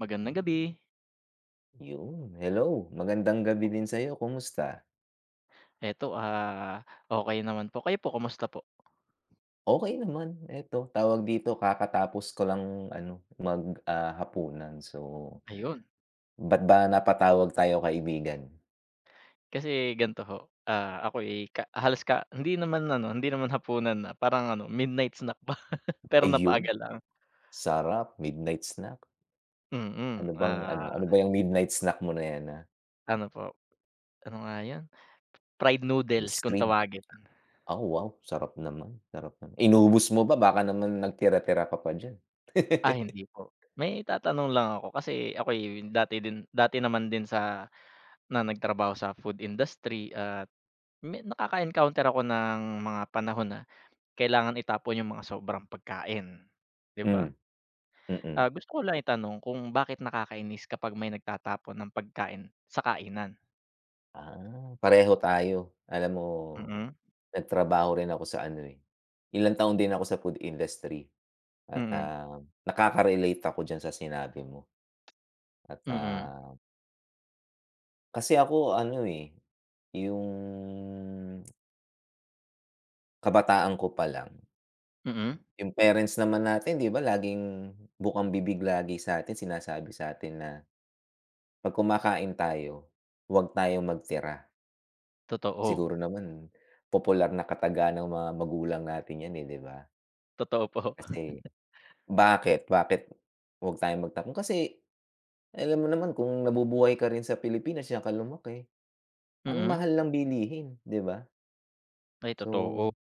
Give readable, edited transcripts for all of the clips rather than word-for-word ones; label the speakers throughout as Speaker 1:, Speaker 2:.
Speaker 1: Magandang gabi.
Speaker 2: Yun, hello. Magandang gabi din sa'yo, kumusta?
Speaker 1: Eto, okay naman po. Kayo po kamusta po?
Speaker 2: Okay naman, eto tawag dito kakatapos ko lang ano mag, hapunan. So,
Speaker 1: Ayun.
Speaker 2: ba't ba napatawag tayo kaibigan?
Speaker 1: Kasi ganito ho, ako'y ka halos ka hindi naman ano, hindi naman hapunan na, parang ano, midnight snack ba, pero
Speaker 2: Ayun,
Speaker 1: napaaga lang.
Speaker 2: sarap, midnight snack.
Speaker 1: Mm,
Speaker 2: Ano bang ano,
Speaker 1: ah,
Speaker 2: ano ba yung midnight snack mo na yan,
Speaker 1: ano po, ano nga 'yun, fried noodles
Speaker 2: ice
Speaker 1: kung
Speaker 2: cream?
Speaker 1: tawagin.
Speaker 2: Oh, wow, sarap naman, sarap naman. Inubos mo ba? Baka naman nagtira-tira ka pa diyan.
Speaker 1: Ah, hindi po. May itatanong lang ako kasi ako'y dati din dati naman din sa na nagtrabaho sa food industry at me nakaka-encounter ako ng mga panahon na kailangan itapon yung mga sobrang pagkain, 'di
Speaker 2: Hmm,
Speaker 1: ba?
Speaker 2: mm. Mm-mm.
Speaker 1: Ah, gusto ko lang itanong kung bakit nakakainis kapag may nagtatapon ng pagkain sa kainan?
Speaker 2: Ah, pareho tayo. Alam mo,
Speaker 1: Mm,
Speaker 2: nagtrabaho rin ako sa ano, eh, ilang taon din ako sa food industry at,
Speaker 1: mm,
Speaker 2: nakaka-relate ako diyan sa sinabi mo, at,
Speaker 1: mm,
Speaker 2: kasi ako ano, eh, yung kabataan ko pa lang,
Speaker 1: mm,
Speaker 2: yung parents naman natin 'di ba laging bukang bibig lagi sa'tin, sinasabi sa'tin na 'pag kumakain tayo, huwag tayong magtira. Siguro
Speaker 1: totoo,
Speaker 2: naman popular na kataga ng mga magulang natin 'yan, eh, 'di ba?
Speaker 1: totoo po.
Speaker 2: Kasi bakit bakit huwag tayong magtapon kasi alam mo naman kung nabubuhay ka rin sa Pilipinas tsaka lumaki, ang
Speaker 1: Mm,
Speaker 2: mahal lang bilihin, 'di ba?
Speaker 1: ay totoo,
Speaker 2: So,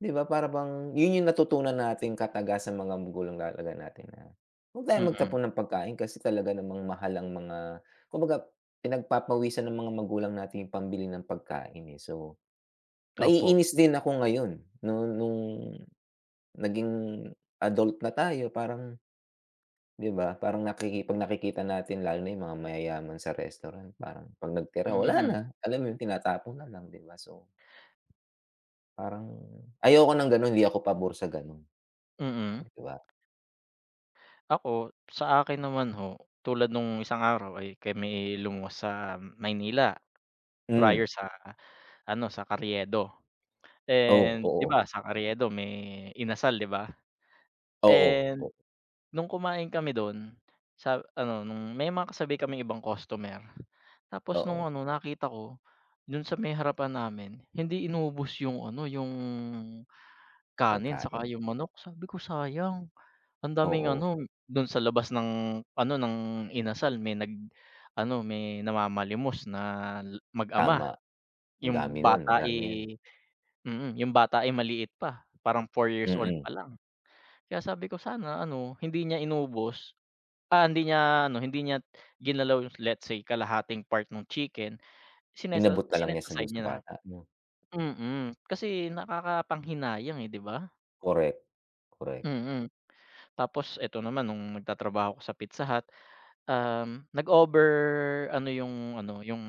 Speaker 2: 'di ba para bang yun yung natutunan natin kataga sa mga magulang talaga natin, na huwag tayong
Speaker 1: mm,
Speaker 2: magtapon ng pagkain kasi talaga namang mahal ang mga, kumbaga, pinagpapawisan ng mga magulang natin yung pambili ng pagkain, eh. So,
Speaker 1: opo,
Speaker 2: naiinis din ako ngayon nung naging adult na tayo, parang 'di ba, parang nakiki 'pag nakikita natin lalo na yung mga mayayaman sa restaurant, parang 'pag nagtira wala na,
Speaker 1: mm,
Speaker 2: alam mo yun, tinatapon na lang, 'di ba? So, parang ayoko ng gano'n, hindi ako pabor sa gano'n,
Speaker 1: mm.
Speaker 2: 'di ba?
Speaker 1: Ako, sa akin naman ho, tulad nung isang araw ay kami lumuwas sa Maynila
Speaker 2: Hmm,
Speaker 1: prior sa ano, sa Carriedo
Speaker 2: oh,
Speaker 1: and 'di
Speaker 2: oo,
Speaker 1: ba sa Carriedo may inasal, 'di ba?
Speaker 2: oo, o,
Speaker 1: And nung kumain kami dun, sa ano nung may mga kasabay kaming ibang customer. Tapos nung
Speaker 2: oo,
Speaker 1: ano nakita ko, dun sa may harapan namin hindi inubos yung ano yung kanin saka
Speaker 2: pagkain,
Speaker 1: yung manok. Sabi ko sayang, ang daming
Speaker 2: oo,
Speaker 1: ano dun sa labas ng ano ng inasal may nag ano may namamalimos na mag-ama.
Speaker 2: tama, ang dami
Speaker 1: Yung
Speaker 2: nun, ang
Speaker 1: bata,
Speaker 2: dami yan,
Speaker 1: eh, yung bata ay maliit pa, parang 4 years old
Speaker 2: mm,
Speaker 1: pa lang. Kaya sabi ko sana ano hindi niya inubos. Ah, hindi niya ano, hindi niya ginalaw yung let's say kalahating part nung chicken, sinet a
Speaker 2: inabot na lang
Speaker 1: sinet
Speaker 2: niya sa
Speaker 1: aside
Speaker 2: dun sa
Speaker 1: niya na.
Speaker 2: bata 'no,
Speaker 1: Mm, kasi nakakapanghinayang, eh, 'di ba?
Speaker 2: correct, correct,
Speaker 1: Mm. Tapos eto naman nung nagtatrabaho ako sa Pizza Hut, nag-over ano yung ano, yung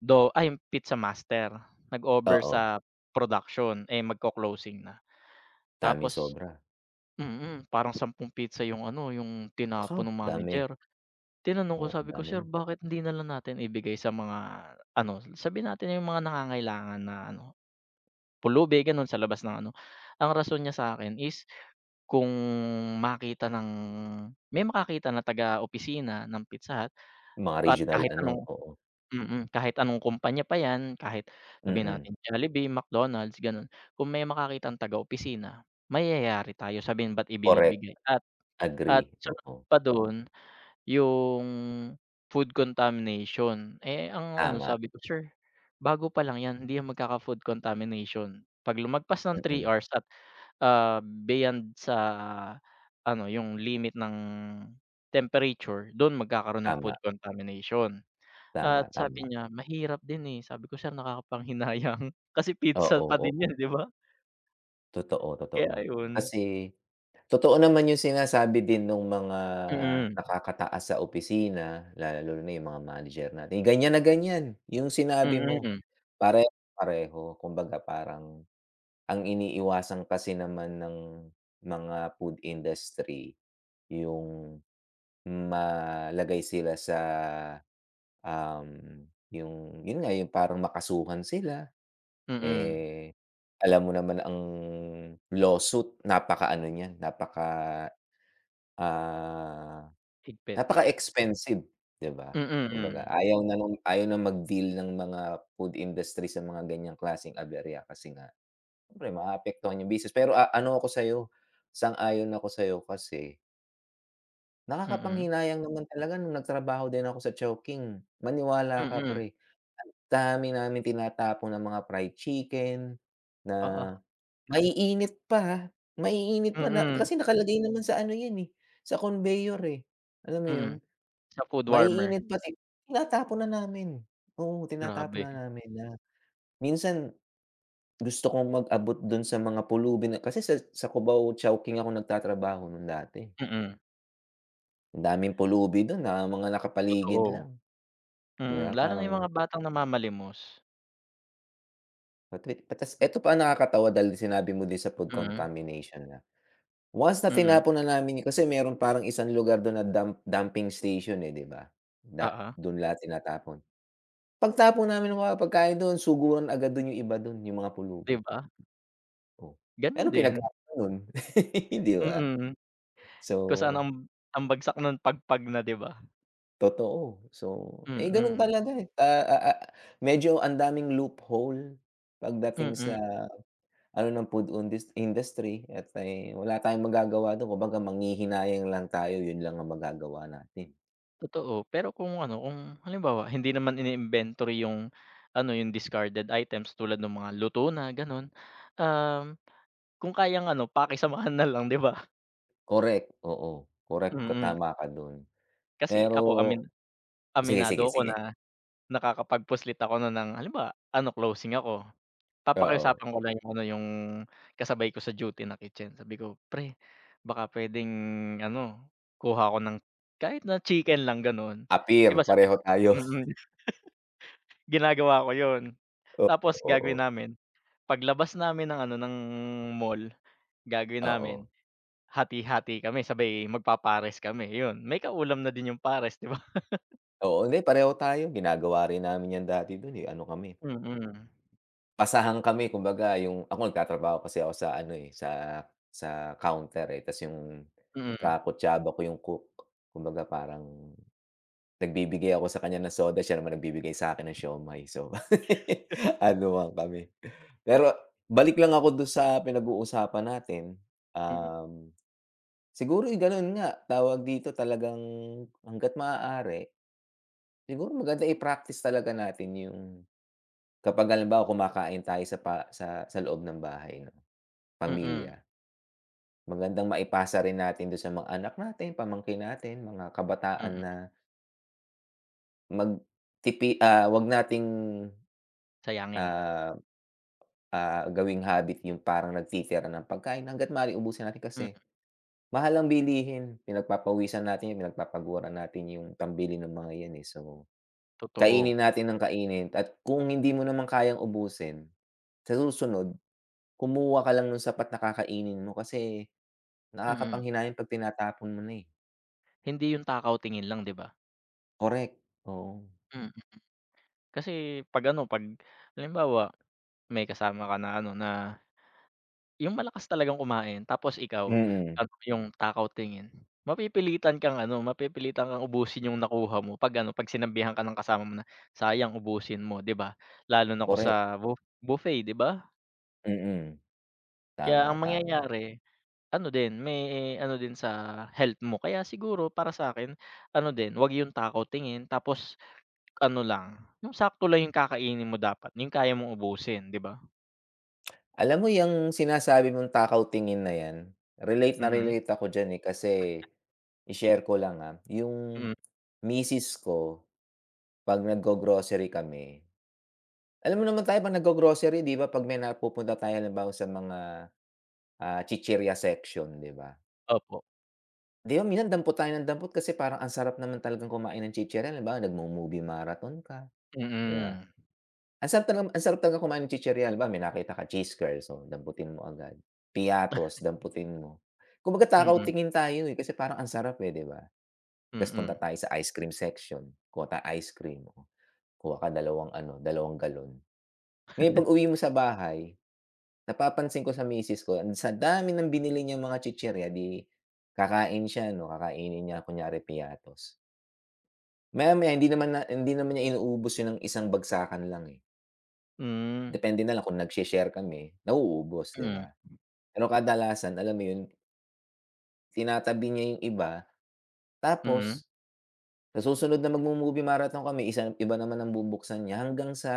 Speaker 1: dough ay yung pizza master, nag-over
Speaker 2: oo,
Speaker 1: sa production, eh, magko-closing na.
Speaker 2: daming
Speaker 1: Tapos
Speaker 2: sobra,
Speaker 1: parang 10 pizza yung ano, yung
Speaker 2: kaw
Speaker 1: tinapon nung
Speaker 2: dami,
Speaker 1: manager. Tinanong ko
Speaker 2: oo,
Speaker 1: sabi ko,
Speaker 2: dami
Speaker 1: "Sir
Speaker 2: nun,
Speaker 1: bakit hindi na lang natin ibigay sa mga ano, sabihin natin yung mga nangangailangan na ano, pulubi gano'n sa labas ng ano." Ang rason niya sa'kin is kung makita ng may makakita na taga-opisina ng Pizza Hut
Speaker 2: mga
Speaker 1: at
Speaker 2: regional
Speaker 1: kahit
Speaker 2: ano,
Speaker 1: anong
Speaker 2: oo,
Speaker 1: kahit anong kumpanya pa 'yan, kahit sabihin
Speaker 2: mm,
Speaker 1: natin Jollibee, McDonald's gano'n. Kung may makakitang taga-opisina, mayayari tayo sabihin ba't
Speaker 2: correct.
Speaker 1: ibinibigay at
Speaker 2: Agree,
Speaker 1: sunod
Speaker 2: oo.
Speaker 1: pa do'n yung food contamination, eh, ang ano
Speaker 2: Tama,
Speaker 1: sabi ko, "Sir, bago pa lang 'yan hindi 'yan magkaka-food contamination. 'Pag lumagpas ng three
Speaker 2: mm.
Speaker 1: hours at, beyond sa ano yung limit ng temperature, do'n magkakaroon ng food
Speaker 2: Tama,
Speaker 1: contamination."
Speaker 2: tama,
Speaker 1: At
Speaker 2: tama.
Speaker 1: sabi niya, "Mahirap din, eh." Sabi ko, "Sir, nakakapanghinayang kasi pizza
Speaker 2: Oo,
Speaker 1: pa din
Speaker 2: oo.
Speaker 1: 'yan, 'di ba?"
Speaker 2: Totoo,
Speaker 1: Kaya
Speaker 2: totoo.
Speaker 1: yun.
Speaker 2: Kasi totoo naman yung sinasabi din nung mga
Speaker 1: Mm,
Speaker 2: nakakataas sa opisina, lalo na yung mga manager natin, ganyan na ganyan, yung sinabi mo,
Speaker 1: mm,
Speaker 2: pare pareho, kumbaga parang ang iniiwasan kasi naman ng mga food industry yung malagay sila sa, um, yung yun nga, yung parang makasuhan sila.
Speaker 1: mm,
Speaker 2: Eh, alam mo naman ang lawsuit napakaano niyan, ah,
Speaker 1: higpit.
Speaker 2: napaka-expensive, 'di ba?
Speaker 1: Mm,
Speaker 2: Kumbaga
Speaker 1: mm,
Speaker 2: ayaw na nung ayaw na mag-deal ng mga food industry sa mga ganyang klaseng aberya kasi nga siyempre maapektuhan yung business. Pero, ah, ano ako sa'yo, sang-ayon ako sa'yo kasi
Speaker 1: mm,
Speaker 2: nakakapanghinayang naman talaga. Nung nagtrabaho din ako sa Chowking, maniwala ka
Speaker 1: mm,
Speaker 2: pre, ang dami naming tinatapon na mga fried chicken na
Speaker 1: oo.
Speaker 2: maiinit pa, ha, maiinit pa na
Speaker 1: Mm,
Speaker 2: kasi nakalagay naman sa ano 'yan, eh, sa conveyor, eh, alam mo 'yun?
Speaker 1: mm. Sa food warmer,
Speaker 2: Maiinit pati, tinatapon na namin, oo, tinatapon
Speaker 1: grabe.
Speaker 2: na namin na minsan gusto kong mag-abot do'n sa mga pulubi, na kasi sa Cubao Chowking ako nagtatrabaho no'n dati,
Speaker 1: Mm,
Speaker 2: ang daming pulubi do'n na mga nakapaligid
Speaker 1: totoo.
Speaker 2: lang, 'di
Speaker 1: Mm,
Speaker 2: ba,
Speaker 1: lalo na
Speaker 2: parang
Speaker 1: yung mga batang namamalimos.
Speaker 2: patwit patas. Eto pa ang nakakatawa, dahil sinabi mo din, sa food
Speaker 1: Mm,
Speaker 2: contamination na, once na
Speaker 1: mm,
Speaker 2: tinapon na namin yun, kasi meron parang isang lugar dun na dumping station, eh, 'di ba? Da
Speaker 1: oo,
Speaker 2: Dun lahat tinatapon. Pagtapon namin ng mga pagkain don, suguran agad dun yung iba dun, yung mga
Speaker 1: 'di
Speaker 2: pulubi,
Speaker 1: ba?
Speaker 2: oh. Eh,
Speaker 1: Gano'n
Speaker 2: anong
Speaker 1: din,
Speaker 2: pinagkaiba nun, 'di ba?
Speaker 1: mm.
Speaker 2: So,
Speaker 1: Kung saan ang bagsak ng pagpag na, 'di ba?
Speaker 2: totoo. So, eh, ganon
Speaker 1: Mm,
Speaker 2: talaga, eh, medyo ang daming loophole pagdating sa
Speaker 1: mm,
Speaker 2: ano ng food undis industry, at, eh, wala tayong magagawa dun, kumbaga manghihinayang lang tayo, yun lang ang magagawa natin.
Speaker 1: totoo. Pero kung ano, kung halimbawa hindi naman ini-inventory yung ano, yung discarded items tulad nung mga luto na gano'n, um, kung kayang ano pakisamahan na lang, 'di ba?
Speaker 2: Correct, oo. Correct ka,
Speaker 1: Mm,
Speaker 2: tama ka dun.
Speaker 1: kasi
Speaker 2: Pero
Speaker 1: ako amin
Speaker 2: sige, sige,
Speaker 1: aminado ako
Speaker 2: sige,
Speaker 1: na nakakapagpuslit ako nun ng halimbawa ano closing ako,
Speaker 2: oo.
Speaker 1: papakiusapan ko lang yung ano, yung kasabay ko sa duty na kitchen sabi ko, "Pre baka puwedeng ano, kuha ako ng kahit na chicken lang gano'n." 'Di
Speaker 2: Appear,
Speaker 1: ba sabi
Speaker 2: pareho
Speaker 1: mm,
Speaker 2: tayo.
Speaker 1: ginagawa ko yun.
Speaker 2: Oo,
Speaker 1: Tapos
Speaker 2: oo,
Speaker 1: gagawin namin, paglabas namin ng ano, ng mall, gagawin namin
Speaker 2: oo.
Speaker 1: hati-hati kami sabay magpapares kami yun, may kaulam na din yung pares, 'di ba?
Speaker 2: Oo, hindi, pareho tayo, ginagawa rin namin yan dati dun, eh, ano kami,
Speaker 1: Mm, mm,
Speaker 2: pasahan kami, kumbaga yung ako nagtatrabaho kasi ako sa ano, eh, sa counter, eh, ta's yung
Speaker 1: mm,
Speaker 2: kakutsaba ko yung cook. Kumbaga parang, nagbibigay ako sa kanya ng soda, siya naman nagbibigay sa akin ng siomai. So, ano, anuhan kami. Pero balik lang ako dun sa pinag-uusapan natin,
Speaker 1: mm,
Speaker 2: um, siguro gano'n nga, tawag dito, talagang hangga't maaari, siguro maganda i-practice talaga natin yung kapag halimbawa kumakain tayo sa pa sa loob ng bahay 'no,
Speaker 1: mm,
Speaker 2: pamilya, magandang maipasa rin natin dun sa mga anak natin, pamangkin natin, mga kabataan
Speaker 1: mm.
Speaker 2: na 'wag nating,
Speaker 1: Sayangin.
Speaker 2: ah gawing habit yung parang nagtitira ng pagkain, hangga't maaari ubusin natin
Speaker 1: Mm,
Speaker 2: kasi mahal ang bilihin. Pinagpapawisan natin yun, pinagpapaguran natin yung pambili ng mga yan, eh. So,
Speaker 1: totoo.
Speaker 2: kainin natin ng kainin, at kung hindi mo naman kayang ubusin, sa susunod kumuha ka lang nung sapat na kakainin mo kasi
Speaker 1: Mm.
Speaker 2: nakakapanghinayang 'pag tinatapon mo na, eh.
Speaker 1: Hindi yung takaw tingin lang, 'di ba?
Speaker 2: Correct, oo.
Speaker 1: Mm. Kasi 'pag ano, 'pag halimbawa may kasama ka na ano, na yung malakas talagang kumain tapos ikaw
Speaker 2: Mm,
Speaker 1: ano, yung takaw tingin, mapipilitan kang ano, mapipilitan kang ubusin yung nakuha mo 'pag ano, 'pag sinabihan ka ng kasama mo na, "Sayang, ubusin mo." 'Di ba? Lalo na kung
Speaker 2: correct.
Speaker 1: sa buffet, 'di ba?
Speaker 2: Mm,
Speaker 1: Kaya ang
Speaker 2: tama, tama.
Speaker 1: mangyayari ano din, may ano din sa health mo. Kaya siguro para sa'kin ano din, 'wag yung takaw tingin tapos ano lang, yung sakto lang yung kakainin mo dapat, yung kaya mong ubusin, 'di ba?
Speaker 2: Alam mo yung sinasabi mong takaw tingin na yan, relate na
Speaker 1: Mm,
Speaker 2: relate ako diyan, eh, kasi, i-share ko lang, yung
Speaker 1: mm,
Speaker 2: misis ko, 'pag naggo-grocery kami, alam mo naman tayo 'pag naggo-grocery, 'di ba 'pag may napupunta tayo halimbawa sa mga, chichirya section, 'di ba?
Speaker 1: opo.
Speaker 2: 'Di ba minsan dampot tayo ng dampot kasi parang ang sarap naman talagang kumain ng chichirya, halimbawa nagmo-movie marathon ka, 'di ba?
Speaker 1: Mm,
Speaker 2: Ang sarap talaga, ang sarap talaga kumain ng chichirya, halimbawa may nakita ka, cheese curls, so damputin mo agad. Piatos, damputin mo. Kumbaga
Speaker 1: mm,
Speaker 2: takaw-tingin tayo, eh, kasi parang ang sarap, eh, 'di ba? Ta's punta
Speaker 1: mm,
Speaker 2: tayo sa ice cream section, kuha tayo ice cream, oh, kuha ka dalawang ano, 2 galon. Ngayon pag-uwi mo sa bahay, napapansin ko sa misis ko, ang sa dami ng binili niya mga chichirya, 'di kakain siya 'no, kakainin niya kunyari piatos. Maya-maya hindi naman niya inuubos 'yun ng isang bagsakan lang, eh.
Speaker 1: hmm,
Speaker 2: Depende na lang kung nag share kami, nauubos, 'di ba?
Speaker 1: mm,
Speaker 2: Pero kadalasan, alam mo 'yun, tinatabi niya 'yung iba, tapos
Speaker 1: mm,
Speaker 2: sa susunod na magmo-movie marathon kami, iba naman ang bubuksan niya, hanggang sa,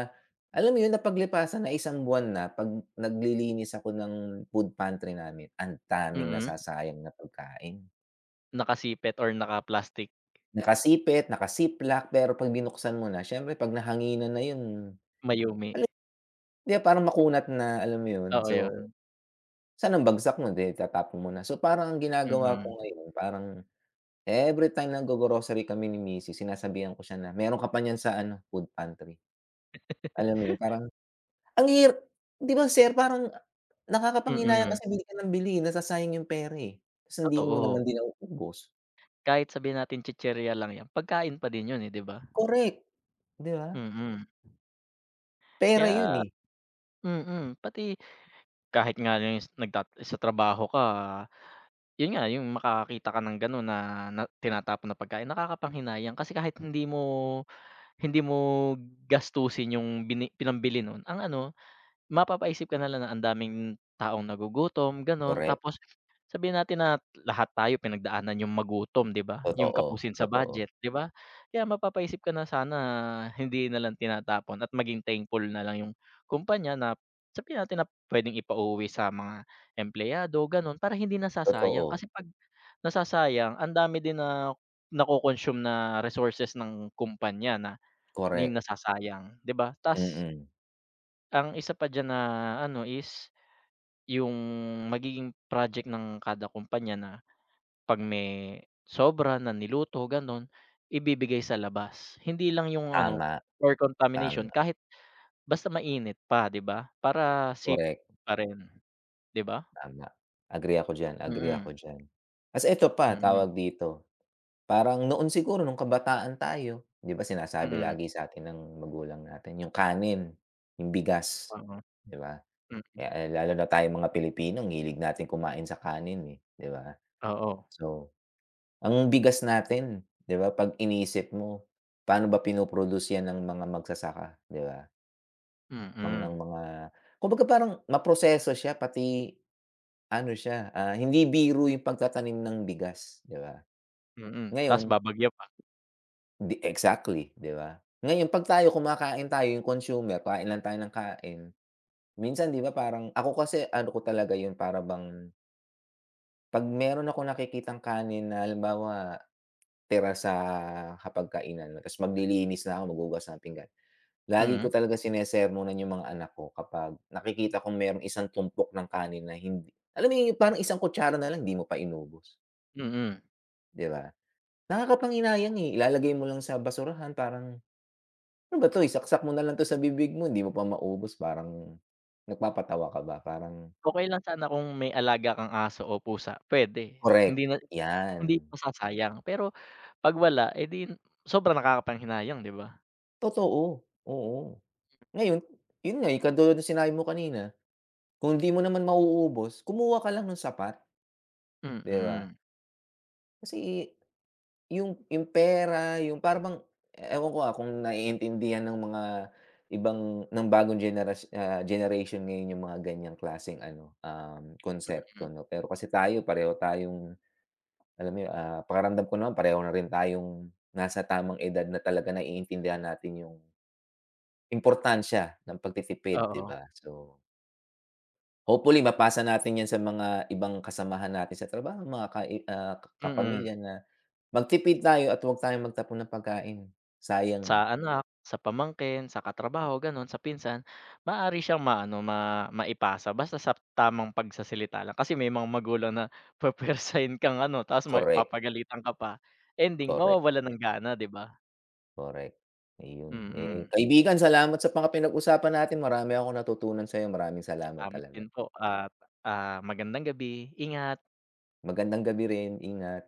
Speaker 2: alam mo 'yun, napaglipasan na isang buwan na. 'Pag naglilinis ako ng food pantry namin, ang daming
Speaker 1: mm,
Speaker 2: nasasayang na pagkain.
Speaker 1: nakasipit or naka-plastic,
Speaker 2: Nakasipit, naka-ziplock, pero 'pag binuksan mo na, siyempre 'pag nahanginan na 'yun,
Speaker 1: mayumi,
Speaker 2: alam 'di ba, parang makunat na, alam mo 'yun?
Speaker 1: oo
Speaker 2: So,
Speaker 1: yun,
Speaker 2: saan ang bagsak mo, 'di itatapon mo na. So, parang ang ginagawa ko
Speaker 1: mm,
Speaker 2: ngayon, parang everytime naggo-grocery kami ni misis sinasabihan ko siya na, "Meron ka pa niyan sa ano, food pantry." Alam mo yun, parang ang hir 'di ba, sir, parang nakakapanghinayang
Speaker 1: mm,
Speaker 2: kasi bili ka ng bili, nasasayang yung pera, eh. Tapos hindi mo
Speaker 1: totoo.
Speaker 2: naman din nauubos.
Speaker 1: Kahit sabihin natin chichirya lang yan, pagkain pa din yun, eh, 'di ba?
Speaker 2: Correct, 'di ba?
Speaker 1: Mm, kaya
Speaker 2: Pera yun, eh.
Speaker 1: pati kahit nga yung nagtat sa trabaho ka yun nga, yung makakakita ka ng gano'n na na tinatapon na pagkain, nakakapanghinayang kasi kahit hindi mo gastusin yung bini pinambili nun, ang ano, mapapaisip ka na lang na ang daming taong nagugutom gano'n,
Speaker 2: Correct,
Speaker 1: tapos sabihin natin na lahat tayo pinagdaanan yung magutom 'di ba, yung
Speaker 2: totoo,
Speaker 1: kapusin sa budget,
Speaker 2: totoo,
Speaker 1: 'di ba? Kaya mapapaisip ka na sana hindi na lang tinatapon at maging thankful na lang yung kumpanya na sabihin natin na puwedeng ipauwi sa mga empleyado gano'n para hindi nasasayang.
Speaker 2: totoo,
Speaker 1: Kasi 'pag nasasayang ang dami din na nako-consume na resources ng kumpanya na na yung
Speaker 2: correct.
Speaker 1: nasasayang, 'di ba? Tas
Speaker 2: Mm,
Speaker 1: ang isa pa diyan na ano is yung magiging project ng kada kumpanya na 'pag may sobra na niluto gano'n, ibibigay sa labas. Hindi lang yung ano,
Speaker 2: tama,
Speaker 1: for contamination
Speaker 2: tama,
Speaker 1: kahit basta mainit pa 'di ba, para safe
Speaker 2: correct.
Speaker 1: pa rin, 'di ba?
Speaker 2: Tama. Agree ako diyan, agree
Speaker 1: Mm,
Speaker 2: ako diyan. Ta's eto pa,
Speaker 1: mm,
Speaker 2: tawag dito, parang noon siguro nung kabataan tayo, 'di ba sinasabi
Speaker 1: mm,
Speaker 2: lagi sa'tin ng magulang natin yung kanin, yung bigas,
Speaker 1: oo,
Speaker 2: 'di ba?
Speaker 1: mm,
Speaker 2: Kaya lalo na tayong mga Pilipino ang hilig natin kumain sa kanin, eh, 'di ba?
Speaker 1: oo,
Speaker 2: So, ang bigas natin, 'di ba 'pag inisip mo, paano ba pino-produce 'yan ng mga magsasaka, 'di ba?
Speaker 1: mm,
Speaker 2: Ng mga, kumbaga parang maproseso siya, pati ano siya, ah, hindi biro yung pagtatanim ng bigas, 'di ba?
Speaker 1: mm, ta's
Speaker 2: Ngayon
Speaker 1: babagyo pa.
Speaker 2: di exactly, 'di ba? Ngayon 'pag tayo kumakain tayo yung consumer, kain lang tayo ng kain, minsan 'di ba, parang ako kasi ano ko talaga yun, para bang 'pag meron akong nakikitang kanin na halimbawa tira sa hapagkainan, tapos maglilinis na ako, maghuhugas ng pinggan, lagi ko
Speaker 1: Mm,
Speaker 2: talaga sinesermonan yung mga anak ko kapag nakikita kong merong isang tumpok ng kanin na hindi, alam mo yun, yung parang isang kutsara na lang 'di mo pa inubos,
Speaker 1: mm.
Speaker 2: 'di ba? Nakakapanginayang, eh, ilalagay mo lang sa basurahan parang, "Ano ba 'to, isaksak mo na lang 'to sa bibig mo, hindi mo pa maubos." Parang nagpapatawa ka ba, parang
Speaker 1: Okey lang sana kung may alaga kang aso o pusa puwede, hindi
Speaker 2: correct,
Speaker 1: na hindi
Speaker 2: 'yan.
Speaker 1: masasayang, pero 'pag wala, eh, di sobrang nakakapanghinayang, 'di ba?
Speaker 2: Totoo, oo. Ngayon, yun nga, eh, katulad ng sinabi mo kanina, kung di mo naman mauubos, kumuha ka lang ng sapat,
Speaker 1: Mm,
Speaker 2: 'di ba?
Speaker 1: mm,
Speaker 2: Kasi yung pera, yung para bang, ewan ko, kung naiintindihan ng mga ibang ng bagong generation ngayon yung mga ganyang klaseng ano, konsepto 'no. Pero kasi tayo pareho tayong, alam mo yun, pakiramdam ko naman pareho na rin tayong nasa tamang edad na talaga naiintindihan natin yung importansya ng pagtitipid, 'di
Speaker 1: oo,
Speaker 2: ba? So, hopefully mapasa natin yan sa mga ibang kasamahan natin sa trabaho, mga
Speaker 1: mm.
Speaker 2: kapamilya na magtipid tayo, at huwag tayong magtapon ng pagkain, sayang,
Speaker 1: Sa
Speaker 2: eh.
Speaker 1: anak, sa pamangkin, sa katrabaho, gano'n, sa pinsan, maaari siyang maano, maipasa basta sa tamang pagsasalita lang. Kasi may mga magulang na pupuwersahin kang ano, tapos may
Speaker 2: Correct,
Speaker 1: papagalitan ka pa, ending
Speaker 2: correct,
Speaker 1: mawawalan ng gana, 'di ba?
Speaker 2: correct. Ayun,
Speaker 1: Mm. Mm.
Speaker 2: eh, kaibigan, salamat sa mga pinag-usapan natin, marami akong natutunan sa'yo, maraming salamat
Speaker 1: Salamat
Speaker 2: talaga.
Speaker 1: din po at, magandang gabi, ingat.
Speaker 2: Magandang gabi rin, ingat.